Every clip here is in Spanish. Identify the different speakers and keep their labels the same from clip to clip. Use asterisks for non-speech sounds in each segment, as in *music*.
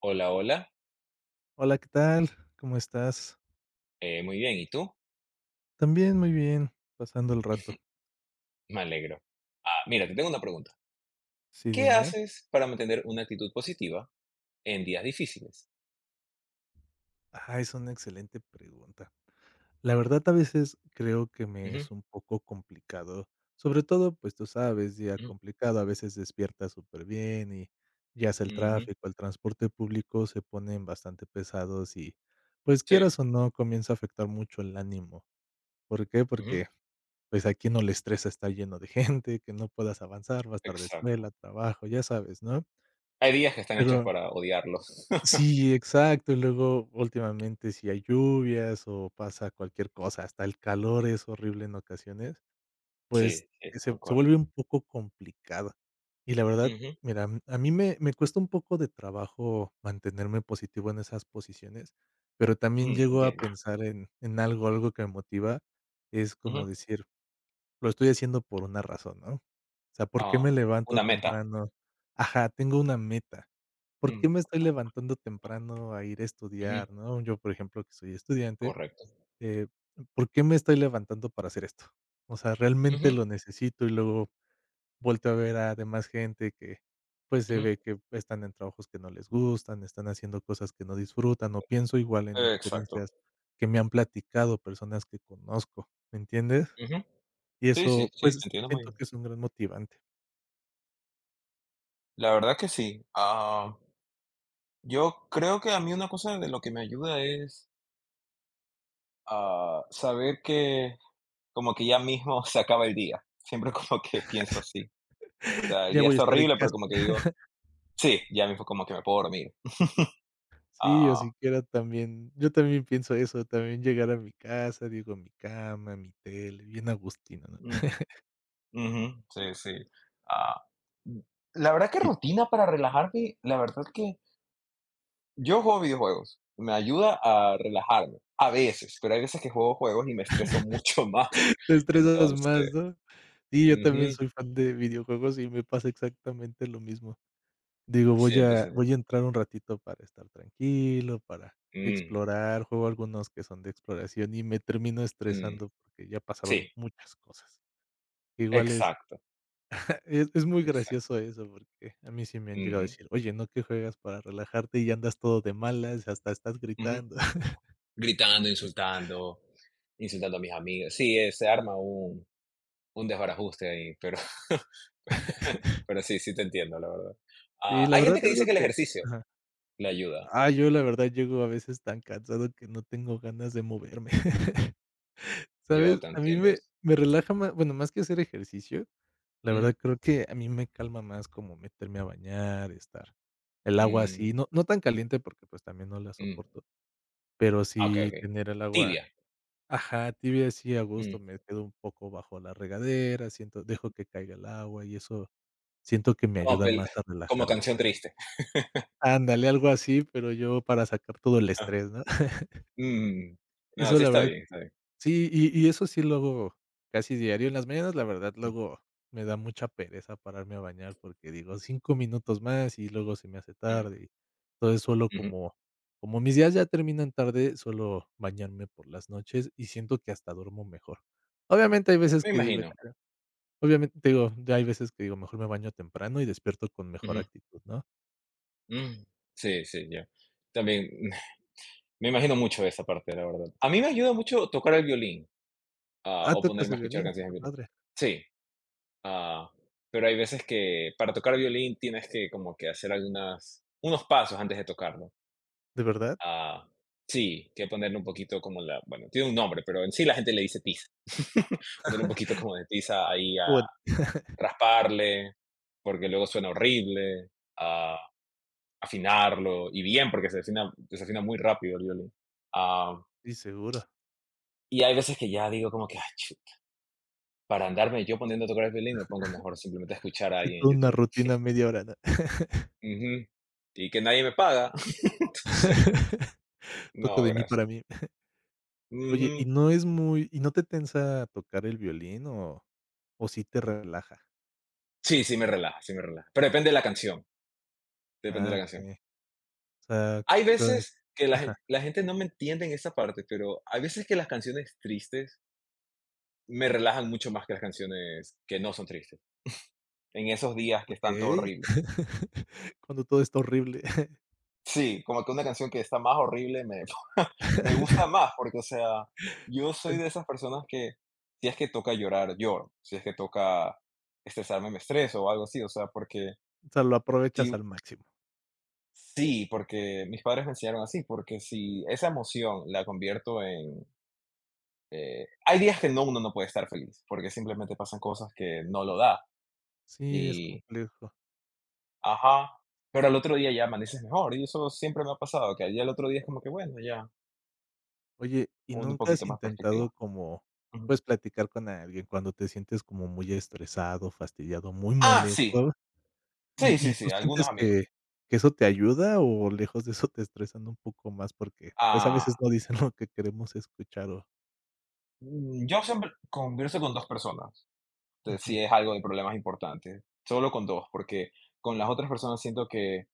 Speaker 1: Hola, hola.
Speaker 2: Hola, ¿qué tal? ¿Cómo estás?
Speaker 1: Muy bien, ¿y tú?
Speaker 2: También muy bien, pasando el rato.
Speaker 1: Me alegro. Mira, te tengo una pregunta.
Speaker 2: Sí,
Speaker 1: ¿Qué
Speaker 2: dime.
Speaker 1: haces para mantener una actitud positiva en días difíciles?
Speaker 2: Ah, es una excelente pregunta. La verdad, a veces creo que me
Speaker 1: Ujú,
Speaker 2: es un poco complicado, sobre todo, pues tú sabes, día
Speaker 1: ujú,
Speaker 2: complicado, a veces despiertas súper bien y ya sea el
Speaker 1: ujú.
Speaker 2: tráfico, el transporte público se ponen bastante pesados y pues
Speaker 1: Sí,
Speaker 2: quieras o no, comienza a afectar mucho el ánimo. ¿Por qué?
Speaker 1: ujú,
Speaker 2: Porque pues a quién no le estresa estar lleno de *laughs* gente, que no puedas avanzar, vas tarde a
Speaker 1: exacto.
Speaker 2: escuela, trabajo, ya sabes, ¿no?
Speaker 1: Hay días que están hechos
Speaker 2: Pero
Speaker 1: para odiarlos. *laughs*
Speaker 2: sí, exacto, y luego últimamente si hay lluvias o pasa cualquier cosa, hasta el calor es horrible en ocasiones, pues,
Speaker 1: Sí, sí,
Speaker 2: se vuelve
Speaker 1: concuerdo.
Speaker 2: un poco complicado. Y la verdad,
Speaker 1: Ujú,
Speaker 2: mira, a mí me cuesta un poco de trabajo mantenerme positivo en esas posiciones, pero también
Speaker 1: ujú,
Speaker 2: llego a
Speaker 1: entiendo.
Speaker 2: pensar en algo que me motiva, es
Speaker 1: Ujú.
Speaker 2: como decir: "Lo estoy haciendo por una razón", ¿no? O sea, ¿por qué me
Speaker 1: Ah,
Speaker 2: levanto
Speaker 1: una meta.
Speaker 2: temprano? Ajá, tengo una meta. ¿Por qué
Speaker 1: Mm,
Speaker 2: me estoy levantando temprano a ir a
Speaker 1: ujú,
Speaker 2: estudiar?, ¿no? Yo, por ejemplo, que soy estudiante,
Speaker 1: correcto.
Speaker 2: eh, ¿por qué me estoy levantando para hacer esto? O sea, ¿realmente
Speaker 1: Ujú,
Speaker 2: lo necesito? Y luego vuelto a ver a demás gente que, pues, se
Speaker 1: ujú,
Speaker 2: ve que están en trabajos que no les gustan, están haciendo cosas que no disfrutan, o pienso igual en
Speaker 1: exacto.
Speaker 2: experiencias que me han platicado personas que conozco, ¿me entiendes?
Speaker 1: Ujú.
Speaker 2: Y
Speaker 1: Sí, sí,
Speaker 2: eso,
Speaker 1: sí, te
Speaker 2: pues,
Speaker 1: entiendo muy
Speaker 2: siento
Speaker 1: bien.
Speaker 2: que es un gran motivante.
Speaker 1: La verdad que sí. Yo creo que a mí una cosa de lo que me ayuda es saber que como que ya mismo *laughs* se acaba el día. Siempre *laughs* como que pienso así. O
Speaker 2: *laughs*
Speaker 1: sea, el
Speaker 2: Ya
Speaker 1: día
Speaker 2: voy a
Speaker 1: está
Speaker 2: estar en
Speaker 1: horrible, pero
Speaker 2: casa.
Speaker 1: como que digo: "Sí, ya mismo como que me puedo dormir".
Speaker 2: Sí, o
Speaker 1: Ah,
Speaker 2: siquiera también, yo también pienso eso, también llegar a mi casa, digo, mi cama, mi tele, bien agustino, ¿no?
Speaker 1: mm,
Speaker 2: *laughs*
Speaker 1: Ujú, sí, sí. Ah, mm, la verdad que
Speaker 2: Y
Speaker 1: rutina para relajarme, la verdad que yo juego videojuegos, me ayuda a relajarme, a veces, pero hay veces que juego juegos y me estreso *laughs* mucho más.
Speaker 2: te estresas más,
Speaker 1: Entonces
Speaker 2: ¿no? Sí, yo también
Speaker 1: ujú,
Speaker 2: soy fan de videojuegos y me pasa exactamente lo mismo. Digo,
Speaker 1: sí,
Speaker 2: voy a
Speaker 1: entonces
Speaker 2: voy a entrar un ratito para estar tranquilo, para
Speaker 1: mm,
Speaker 2: explorar, juego algunos que son de exploración y me termino
Speaker 1: mm,
Speaker 2: estresando porque ya
Speaker 1: sí,
Speaker 2: pasaron muchas cosas. Igual es
Speaker 1: exacto,
Speaker 2: Es muy
Speaker 1: exacto.
Speaker 2: gracioso eso, porque a mí sí me han llegado a
Speaker 1: Ujú,
Speaker 2: decir: "Oye, ¿no que juegas para relajarte y andas todo de malas, hasta estás
Speaker 1: ujú.
Speaker 2: gritando?". *laughs*
Speaker 1: Gritando, insultando, insultando a mis amigos. Sí, se arma un desbarajuste ahí, pero *laughs* pero sí, sí te entiendo, la verdad.
Speaker 2: Y la
Speaker 1: Hay
Speaker 2: verdad
Speaker 1: gente que dice
Speaker 2: algo
Speaker 1: que el
Speaker 2: que
Speaker 1: ejercicio
Speaker 2: ajá.
Speaker 1: le ayuda.
Speaker 2: Ah, yo la verdad llego a veces tan cansado que no tengo ganas de moverme, *laughs*
Speaker 1: Yo
Speaker 2: ¿sabes?
Speaker 1: te
Speaker 2: A mí
Speaker 1: entiendo
Speaker 2: me
Speaker 1: eso.
Speaker 2: me relaja más, bueno, más que hacer ejercicio, la
Speaker 1: Mm,
Speaker 2: verdad creo que a mí me calma más como meterme a bañar, estar el agua así,
Speaker 1: mm,
Speaker 2: no no tan caliente porque, pues, también no la
Speaker 1: mm.
Speaker 2: soporto, pero
Speaker 1: Okey,
Speaker 2: sí
Speaker 1: okey.
Speaker 2: tener el agua.
Speaker 1: Tibia.
Speaker 2: Ajá, tibia sí a gusto,
Speaker 1: Mm.
Speaker 2: me quedo un poco bajo la regadera, siento dejo que caiga el agua y eso siento que me
Speaker 1: Como
Speaker 2: ayuda
Speaker 1: pel
Speaker 2: más a
Speaker 1: Como
Speaker 2: relajarme.
Speaker 1: canción triste.
Speaker 2: Ándale, algo así, pero yo para sacar todo el estrés,
Speaker 1: *laughs*
Speaker 2: ¿no? *laughs*
Speaker 1: Mm. No,
Speaker 2: Eso
Speaker 1: sí
Speaker 2: la
Speaker 1: está
Speaker 2: verdad
Speaker 1: bien, está bien.
Speaker 2: sí, y eso sí lo hago casi diario. En las mañanas, la verdad,
Speaker 1: Mm,
Speaker 2: luego me da mucha pereza pararme a bañar porque digo: 5 minutos más", y luego se me hace
Speaker 1: mm,
Speaker 2: tarde, y entonces suelo
Speaker 1: ujú.
Speaker 2: como mis días ya terminan tarde, suelo bañarme por las noches y siento que hasta duermo mejor. Obviamente, hay veces
Speaker 1: Me
Speaker 2: que digo
Speaker 1: imagino.
Speaker 2: obviamente, digo, ya hay veces que digo: "Mejor me baño temprano y despierto con mejor
Speaker 1: Ujú.
Speaker 2: actitud", ¿no?
Speaker 1: Mm. Sí, sí, ya. También *laughs* me imagino mucho esa parte, la verdad. A mí me ayuda mucho tocar el violín.
Speaker 2: Ah,
Speaker 1: O
Speaker 2: tocas
Speaker 1: ponerme a
Speaker 2: el
Speaker 1: escuchar
Speaker 2: violín,
Speaker 1: canciones
Speaker 2: qué
Speaker 1: de violín.
Speaker 2: padre,
Speaker 1: Sí, ah, pero hay veces que para tocar violín tienes que como que hacer algunas unos pasos antes de tocarlo.
Speaker 2: ¿de verdad?
Speaker 1: Ah, sí, que ponerle un poquito como la, bueno, tiene un nombre, pero en sí la gente le dice tiza. *laughs* Ponerle un poquito como de tiza ahí
Speaker 2: Ah,
Speaker 1: a
Speaker 2: bueno,
Speaker 1: rasparle, porque luego suena horrible, a afinarlo, y bien, porque se afina muy rápido el violín. Ah,
Speaker 2: sí, seguro.
Speaker 1: y hay veces que ya digo como que, para andarme yo poniendo a tocar el violín, me pongo mejor simplemente a escuchar a
Speaker 2: Sí,
Speaker 1: alguien en
Speaker 2: toda una
Speaker 1: YouTube.
Speaker 2: rutina media hora, ¿no?
Speaker 1: Ujú. Y que nadie me paga. *laughs* Entonces,
Speaker 2: *laughs* Toco
Speaker 1: no,
Speaker 2: de mí para
Speaker 1: gracias.
Speaker 2: mí. Oye,
Speaker 1: Ujú.
Speaker 2: ¿y no te tensa tocar el violín o sí te relaja?
Speaker 1: Sí, sí me relaja, sí me relaja. Pero depende de la canción, depende
Speaker 2: Ah,
Speaker 1: de la canción.
Speaker 2: okey. O sea,
Speaker 1: Hay
Speaker 2: tú es
Speaker 1: veces que la
Speaker 2: ajá,
Speaker 1: gen la gente no me entiende en esa parte, pero hay veces que las canciones tristes me relajan mucho más que las canciones que no son tristes, en esos días que están todo
Speaker 2: okey.
Speaker 1: horrible.
Speaker 2: *laughs* Cuando todo está horrible.
Speaker 1: Sí, como que una canción que está más horrible me *laughs* me gusta
Speaker 2: *laughs*
Speaker 1: más, porque, o sea, yo soy
Speaker 2: En
Speaker 1: de esas personas que si es que toca llorar, lloro, si es que toca estresarme, me estreso o algo así, o sea, porque
Speaker 2: O sea, lo aprovechas
Speaker 1: sí
Speaker 2: al máximo.
Speaker 1: sí, porque mis padres me enseñaron así, porque si esa emoción la convierto en, hay días que no, uno no puede estar feliz, porque simplemente pasan cosas que no lo da
Speaker 2: Sí, es
Speaker 1: y
Speaker 2: complejo.
Speaker 1: ajá, pero al otro día ya amaneces mejor, y eso siempre me ha pasado, que ya al otro día es como que, bueno, ya
Speaker 2: Oye, ¿y
Speaker 1: un
Speaker 2: nunca has
Speaker 1: poquito más
Speaker 2: intentado
Speaker 1: perspectiva.
Speaker 2: como, pues, platicar con alguien cuando te sientes como muy estresado, fastidiado, muy
Speaker 1: Ah, sí.
Speaker 2: molesto? ¿Y
Speaker 1: Sí,
Speaker 2: y
Speaker 1: sí,
Speaker 2: tú
Speaker 1: sí, algunos
Speaker 2: sientes que
Speaker 1: amigos.
Speaker 2: que eso te ayuda o lejos de eso te estresan un poco más? Porque, pues, a veces
Speaker 1: Ah,
Speaker 2: no dicen lo que queremos escuchar o
Speaker 1: yo siempre converso con 2 personas, entonces,
Speaker 2: ujú.
Speaker 1: si es algo de problemas importantes, solo con 2 porque con las otras personas siento que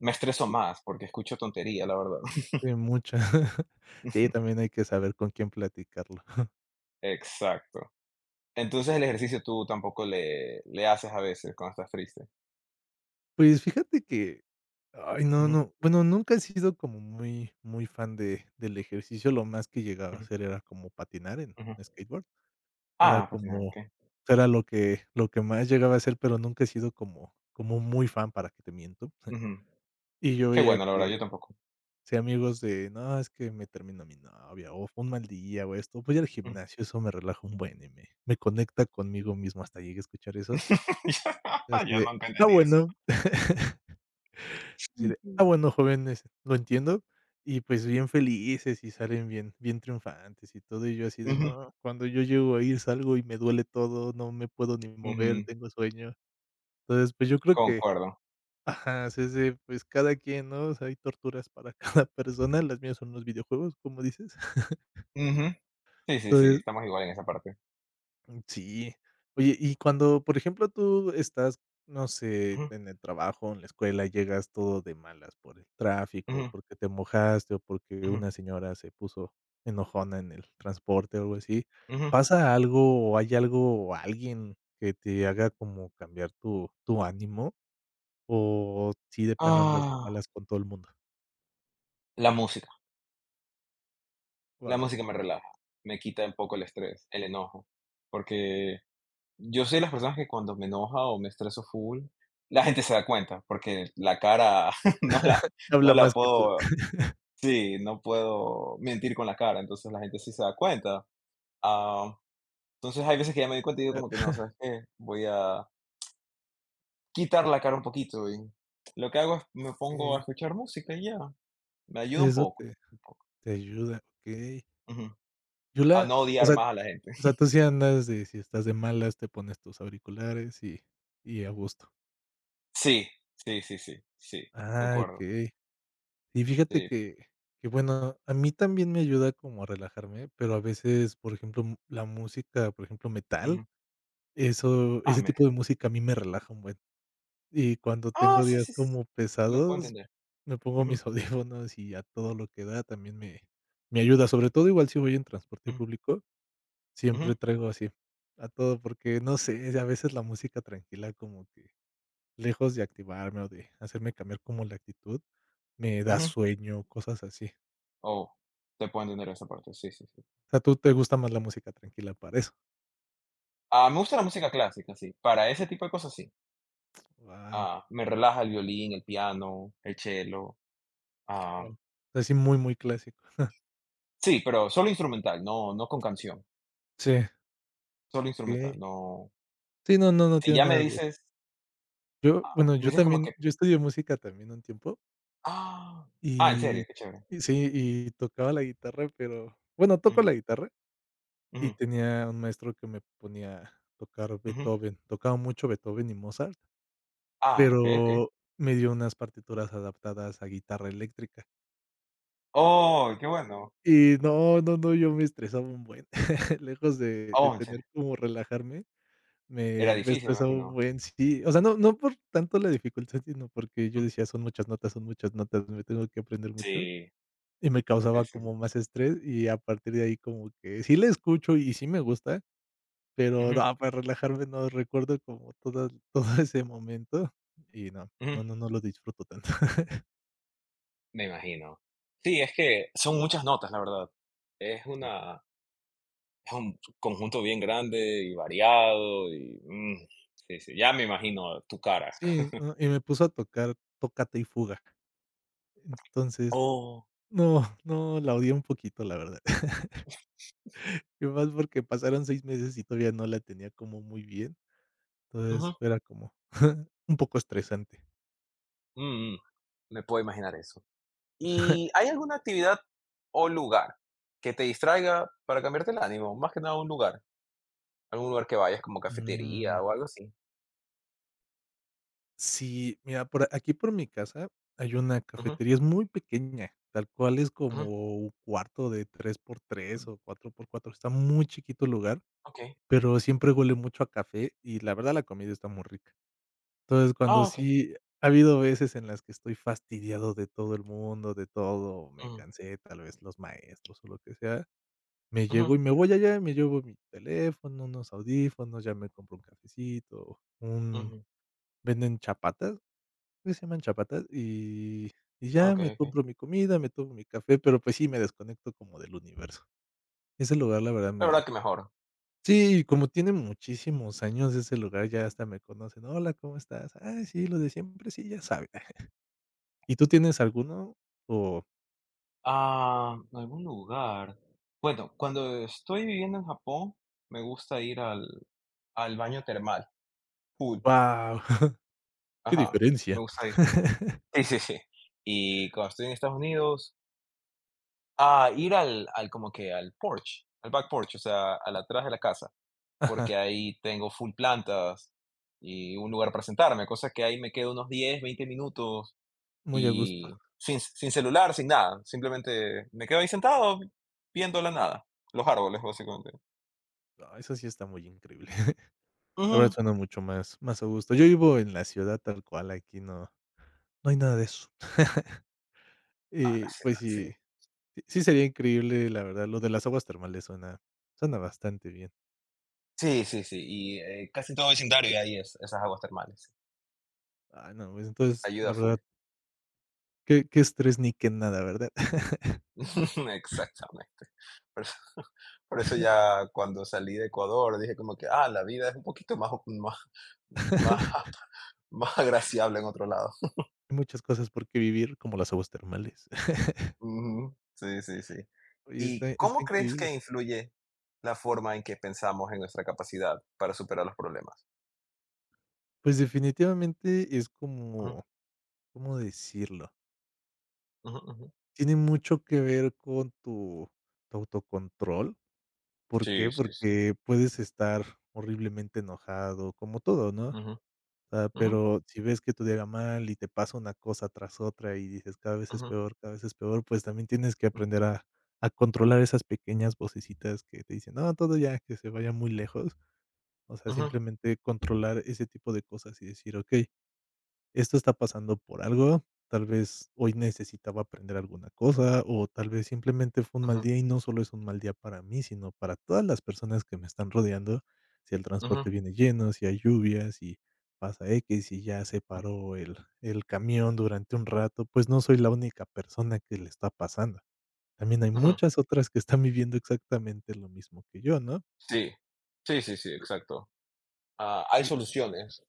Speaker 1: me estreso más, porque escucho tontería, la verdad. *laughs*
Speaker 2: Sí, mucha. *laughs* Sí, también hay que saber con quién platicarlo. *laughs*
Speaker 1: Exacto. Entonces, el ejercicio tú tampoco le haces a veces cuando estás triste.
Speaker 2: Pues, fíjate que, ay, no,
Speaker 1: Ujú,
Speaker 2: no, bueno, nunca he sido como muy muy fan de del ejercicio, lo más que llegaba a
Speaker 1: ujú,
Speaker 2: hacer era como patinar en
Speaker 1: ujú.
Speaker 2: skateboard, era
Speaker 1: Patinar,
Speaker 2: como
Speaker 1: okey.
Speaker 2: era lo que más llegaba a hacer, pero nunca he sido como muy fan, ¿para que te miento? *laughs*
Speaker 1: Ujú.
Speaker 2: Y yo
Speaker 1: Qué
Speaker 2: veía
Speaker 1: bueno, la verdad,
Speaker 2: que
Speaker 1: yo tampoco.
Speaker 2: sí, amigos de: "No, es que me terminó mi novia", o "Fue un mal día", o esto. Voy al
Speaker 1: Ujú.
Speaker 2: gimnasio, eso me relaja un buen y me conecta conmigo mismo. Hasta llegué a escuchar eso.
Speaker 1: *laughs*
Speaker 2: Así
Speaker 1: Yo
Speaker 2: de:
Speaker 1: nunca
Speaker 2: "Ah,
Speaker 1: entendí eso.
Speaker 2: bueno". *laughs* Así de: "Ah,
Speaker 1: Ujú.
Speaker 2: bueno, jóvenes, lo entiendo". Y, pues, bien felices y salen bien triunfantes y todo. Y yo así de:
Speaker 1: Ujú,
Speaker 2: "No, cuando yo llego ahí, salgo y me duele todo, no me puedo ni mover,
Speaker 1: ujú,
Speaker 2: tengo sueño". Entonces, pues, yo creo que
Speaker 1: concuerdo.
Speaker 2: ajá, es ese, pues, cada quien, ¿no? O sea, hay torturas para *laughs* cada persona. Las mías son los videojuegos, como dices.
Speaker 1: Ujú. Sí, sí, sí,
Speaker 2: Entonces,
Speaker 1: estamos igual en esa parte.
Speaker 2: sí. Oye, y cuando, por ejemplo, tú estás, no sé,
Speaker 1: Ujú,
Speaker 2: en el trabajo, en la escuela, llegas todo de malas por el tráfico,
Speaker 1: ujú,
Speaker 2: porque te mojaste o porque
Speaker 1: ujú,
Speaker 2: una señora se puso enojona en el transporte o algo así,
Speaker 1: ujú.
Speaker 2: ¿pasa algo o hay algo o alguien que te haga como cambiar tu ánimo? ¿O sí de plano andas de
Speaker 1: Ah,
Speaker 2: malas con todo el mundo?
Speaker 1: la música. La
Speaker 2: Wow,
Speaker 1: música me relaja, me quita un poco el estrés, el enojo, porque yo soy de las personas que cuando me enoja o me estreso full, la gente se da cuenta, porque la cara *laughs* no la no
Speaker 2: habla más
Speaker 1: la
Speaker 2: que tú.
Speaker 1: puedo sí, no puedo mentir con la cara, entonces la gente sí se da cuenta. Ah, entonces hay veces que ya me doy cuenta y digo como que no,
Speaker 2: *laughs*
Speaker 1: ¿sabes qué? Voy a quitar la cara un poquito y lo que hago es me pongo a
Speaker 2: Okey.
Speaker 1: escuchar música y ya. Me ayuda un
Speaker 2: Eso
Speaker 1: poco,
Speaker 2: te
Speaker 1: un poco.
Speaker 2: te ayuda, okey.
Speaker 1: Ujú.
Speaker 2: Yo
Speaker 1: A
Speaker 2: la
Speaker 1: no
Speaker 2: o
Speaker 1: odiar
Speaker 2: sea
Speaker 1: más a la gente.
Speaker 2: O sea,
Speaker 1: *laughs*
Speaker 2: tú sí andas de si estás de malas, te pones tus auriculares y a gusto.
Speaker 1: Sí, sí, sí, sí, sí,
Speaker 2: Ah,
Speaker 1: concuerdo.
Speaker 2: okey. Y fíjate
Speaker 1: Sí,
Speaker 2: que bueno, a mí también me ayuda como a relajarme, pero a veces, por ejemplo, la música, por ejemplo, metal,
Speaker 1: ujú.
Speaker 2: eso ese
Speaker 1: Mira.
Speaker 2: tipo de música a mí me relaja un buen. Y cuando tengo
Speaker 1: Sí,
Speaker 2: días
Speaker 1: sí, sí.
Speaker 2: como
Speaker 1: Lo puedo
Speaker 2: pesados,
Speaker 1: entender.
Speaker 2: me pongo
Speaker 1: Ujú,
Speaker 2: mis *laughs* audífonos y a todo lo que da también me ayuda, sobre todo igual si voy en transporte
Speaker 1: ujú,
Speaker 2: público.
Speaker 1: ujú,
Speaker 2: Siempre traigo así, a todo, porque no sé, a veces la música tranquila como que lejos de activarme o de hacerme cambiar como la actitud, me da
Speaker 1: ujú.
Speaker 2: sueño, cosas así.
Speaker 1: Oh, te puedo entender esa parte. Sí, sí, sí.
Speaker 2: O sea, ¿tú te gusta más la música tranquila para eso?
Speaker 1: Me gusta la música clásica, sí. Para ese tipo de cosas, sí.
Speaker 2: Wow.
Speaker 1: Me relaja el violín, el piano, el cello. Ah,
Speaker 2: Así muy, muy clásico.
Speaker 1: sí, pero solo instrumental, no, no con canción.
Speaker 2: Sí,
Speaker 1: Solo instrumental,
Speaker 2: okey.
Speaker 1: no.
Speaker 2: Sí, no, no, no
Speaker 1: Si
Speaker 2: tiene
Speaker 1: ya me
Speaker 2: nada de
Speaker 1: dices,
Speaker 2: yo, bueno,
Speaker 1: si
Speaker 2: yo
Speaker 1: me dices como
Speaker 2: también,
Speaker 1: que,
Speaker 2: yo estudié música también un tiempo
Speaker 1: ah, en
Speaker 2: y
Speaker 1: serio, qué chévere.
Speaker 2: y sí, y tocaba la guitarra, pero bueno, toco
Speaker 1: Mm.
Speaker 2: la guitarra. Y
Speaker 1: Ujú,
Speaker 2: tenía un maestro que me ponía a tocar
Speaker 1: ujú.
Speaker 2: Beethoven. Tocaba mucho Beethoven y Mozart,
Speaker 1: Okey, okey.
Speaker 2: pero me dio unas partituras adaptadas a guitarra eléctrica.
Speaker 1: ¡Oh, qué bueno!
Speaker 2: Y no, no, no, yo me estresaba un buen. *laughs* Lejos de
Speaker 1: Oh, en
Speaker 2: tener
Speaker 1: serio.
Speaker 2: como relajarme, me
Speaker 1: Era
Speaker 2: me
Speaker 1: difícil, me
Speaker 2: estresaba un
Speaker 1: imagino.
Speaker 2: buen. Sí, o sea, no no por tanto la dificultad, sino porque yo
Speaker 1: Ujú.
Speaker 2: decía: son muchas notas, me tengo que aprender mucho",
Speaker 1: Sí,
Speaker 2: y me
Speaker 1: sí,
Speaker 2: causaba
Speaker 1: sí,
Speaker 2: como
Speaker 1: sí.
Speaker 2: más estrés, y a partir de ahí como que sí le escucho y sí me gusta. Pero
Speaker 1: Ujú,
Speaker 2: no, para relajarme no recuerdo como todo *laughs* todo ese momento y no,
Speaker 1: ujú.
Speaker 2: no, no, no lo disfruto tanto. *laughs*
Speaker 1: Me imagino. Sí, es que son muchas notas, la verdad. Es
Speaker 2: Sí.
Speaker 1: una es un conjunto bien grande y variado y, mm, sí, sí, ya me imagino tu cara.
Speaker 2: Sí,
Speaker 1: *laughs*
Speaker 2: no, y me puso a tocar Tócate y Fuga. Entonces,
Speaker 1: Oh,
Speaker 2: no, no, la odié un poquito, la verdad. *laughs* Y más porque pasaron 6 meses y todavía no la tenía como muy bien. Entonces,
Speaker 1: ujú,
Speaker 2: era como *laughs* un poco estresante.
Speaker 1: mm, mm, me puedo imaginar eso. ¿Y hay alguna actividad o lugar que te distraiga para cambiarte el ánimo? Más que nada un lugar. Algún lugar que vayas, como
Speaker 2: Mm.
Speaker 1: cafetería o algo así.
Speaker 2: Sí, mira, por aquí por mi casa hay una
Speaker 1: Ujú,
Speaker 2: cafetería, es muy pequeña, tal cual es
Speaker 1: ujú.
Speaker 2: como un cuarto de 3 por 3 o 4 por 4, está muy chiquito el lugar,
Speaker 1: Okey.
Speaker 2: pero siempre huele mucho a café y la verdad la comida está muy rica. Entonces, cuando
Speaker 1: Ah, okey.
Speaker 2: sí ha habido veces en las que estoy fastidiado de todo el mundo, de todo, me
Speaker 1: Ujú,
Speaker 2: cansé, tal vez los maestros o lo que sea, me
Speaker 1: ujú,
Speaker 2: llego y me voy allá, me llevo mi teléfono, unos audífonos, ya me compro un cafecito, un
Speaker 1: ujú.
Speaker 2: venden chapatas, creo que se llaman chapatas, y
Speaker 1: Ah,
Speaker 2: ya
Speaker 1: okey,
Speaker 2: me
Speaker 1: okey.
Speaker 2: compro mi comida, me tomo mi café, pero, pues, sí me desconecto como del universo. Ese lugar, la verdad,
Speaker 1: La verdad
Speaker 2: me
Speaker 1: que mejor.
Speaker 2: sí, como tiene muchísimos años ese lugar, ya hasta me conocen: "Hola, ¿cómo estás?". Ah, sí, lo de siempre, sí, ya sabe". *laughs* ¿Y tú tienes alguno? O
Speaker 1: Algún lugar. Bueno, cuando estoy viviendo en Japón, me gusta ir al baño termal, pool.
Speaker 2: wow. *laughs* ¡Qué
Speaker 1: Ajá, me
Speaker 2: diferencia!
Speaker 1: gusta ir. *laughs* Sí, sí, sí. Y cuando estoy en Estados Unidos, ir al como que al porch, al back porch, o sea, al atrás de la casa.
Speaker 2: Ajá,
Speaker 1: Porque ahí tengo full plantas y un lugar para sentarme, cosa que ahí me quedo unos 10-20 minutos
Speaker 2: muy a gusto.
Speaker 1: y sin, sin celular, sin nada, simplemente me quedo ahí sentado viendo la nada, los árboles básicamente.
Speaker 2: No, eso sí está muy increíble. *laughs* La verdad
Speaker 1: Ujú.
Speaker 2: suena mucho más a gusto. Yo vivo en la ciudad tal cual, aquí no no hay nada de eso. *laughs*
Speaker 1: La
Speaker 2: Y, pues
Speaker 1: ciudad, sí.
Speaker 2: sí. Sí sería increíble, la verdad, lo de las aguas termales suena bastante bien.
Speaker 1: Sí, sí, sí, y casi todo vecindario de ahí es esas aguas termales. Sí.
Speaker 2: Ah, no, pues, entonces, la
Speaker 1: Ayuda
Speaker 2: verdad,
Speaker 1: full.
Speaker 2: qué estrés ni qué nada, ¿verdad?
Speaker 1: *laughs* Exactamente. Por eso, por eso ya cuando salí de Ecuador dije como que, la vida es un poquito más, más, más, *laughs*
Speaker 2: *laughs*
Speaker 1: más agraciable en otro lado.
Speaker 2: Hay muchas cosas por qué vivir, como las aguas termales. *laughs*
Speaker 1: Ujú. Sí, sí, sí.
Speaker 2: Oye,
Speaker 1: ¿Y
Speaker 2: está
Speaker 1: cómo crees
Speaker 2: increíble.
Speaker 1: que influye la forma en que pensamos en nuestra capacidad para superar los problemas?
Speaker 2: Pues, definitivamente es
Speaker 1: Ujú,
Speaker 2: como, ¿cómo decirlo?
Speaker 1: ujú, ujú.
Speaker 2: Tiene mucho que ver con tu autocontrol, ¿por
Speaker 1: Sí,
Speaker 2: qué?
Speaker 1: sí, sí.
Speaker 2: Porque puedes estar horriblemente enojado, como todo, ¿no?
Speaker 1: Ujú,
Speaker 2: Sea,
Speaker 1: ujú,
Speaker 2: pero si ves que tu día mal y te pasa una cosa tras otra y dices: "Cada vez es
Speaker 1: ujú,
Speaker 2: peor, cada vez es peor", pues también tienes que
Speaker 1: ujú,
Speaker 2: aprender a controlar esas pequeñas vocecitas que te dicen: "No, todo ya, que se vaya muy lejos". O sea,
Speaker 1: ujú,
Speaker 2: simplemente controlar ese tipo de cosas y decir: "Okey, esto está pasando por algo, tal vez hoy necesitaba aprender alguna cosa, o tal vez simplemente fue un mal
Speaker 1: ujú,
Speaker 2: día y no solo es un mal día para mí, sino para todas las personas que me están rodeando. Si el transporte
Speaker 1: ujú,
Speaker 2: viene lleno, si hay lluvias, si pasa X, si ya se
Speaker 1: ujú,
Speaker 2: paró el camión durante un rato, pues no soy la única persona que le está pasando. También hay
Speaker 1: ujú.
Speaker 2: muchas otras que están viviendo exactamente lo mismo que yo, ¿no?
Speaker 1: Sí, sí, sí, sí, exacto. Hay
Speaker 2: Sí,
Speaker 1: soluciones.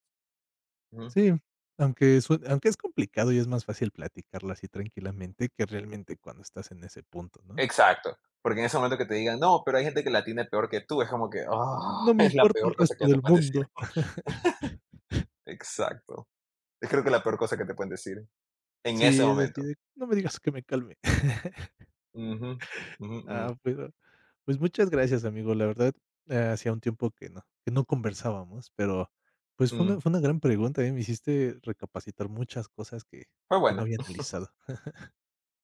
Speaker 1: Ujú.
Speaker 2: sí, aunque sue aunque es complicado y es más fácil platicarlo así tranquilamente que realmente cuando estás en ese punto, ¿no?
Speaker 1: Exacto. Porque en ese momento que te digan, no, pero hay gente que la tiene peor que tú, es como que, ah,
Speaker 2: No
Speaker 1: *laughs*
Speaker 2: me
Speaker 1: es la
Speaker 2: importa el
Speaker 1: peor cosa
Speaker 2: resto
Speaker 1: que te
Speaker 2: del
Speaker 1: pueden decir.
Speaker 2: mundo.
Speaker 1: *laughs* Exacto. Es creo que la peor cosa que te pueden decir en ese
Speaker 2: Sí, es así
Speaker 1: momento.
Speaker 2: de: "No me digas que me calme". *laughs*
Speaker 1: Ujú, ujú, ujú.
Speaker 2: Ah, pero, pues, muchas gracias, amigo, la verdad, hacía un tiempo que no conversábamos, pero, pues, fue una
Speaker 1: Mm,
Speaker 2: fue una gran pregunta, ¿eh? Me hiciste recapacitar muchas cosas que
Speaker 1: fue
Speaker 2: que no
Speaker 1: bueno.
Speaker 2: había analizado.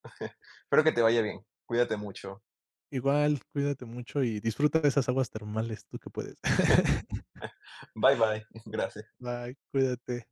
Speaker 1: *laughs* Espero que te vaya bien. Cuídate mucho.
Speaker 2: Igual, cuídate mucho y disfruta de esas aguas termales, tú que puedes. *laughs*
Speaker 1: Bye bye. *laughs* Gracias.
Speaker 2: Bye, cuídate.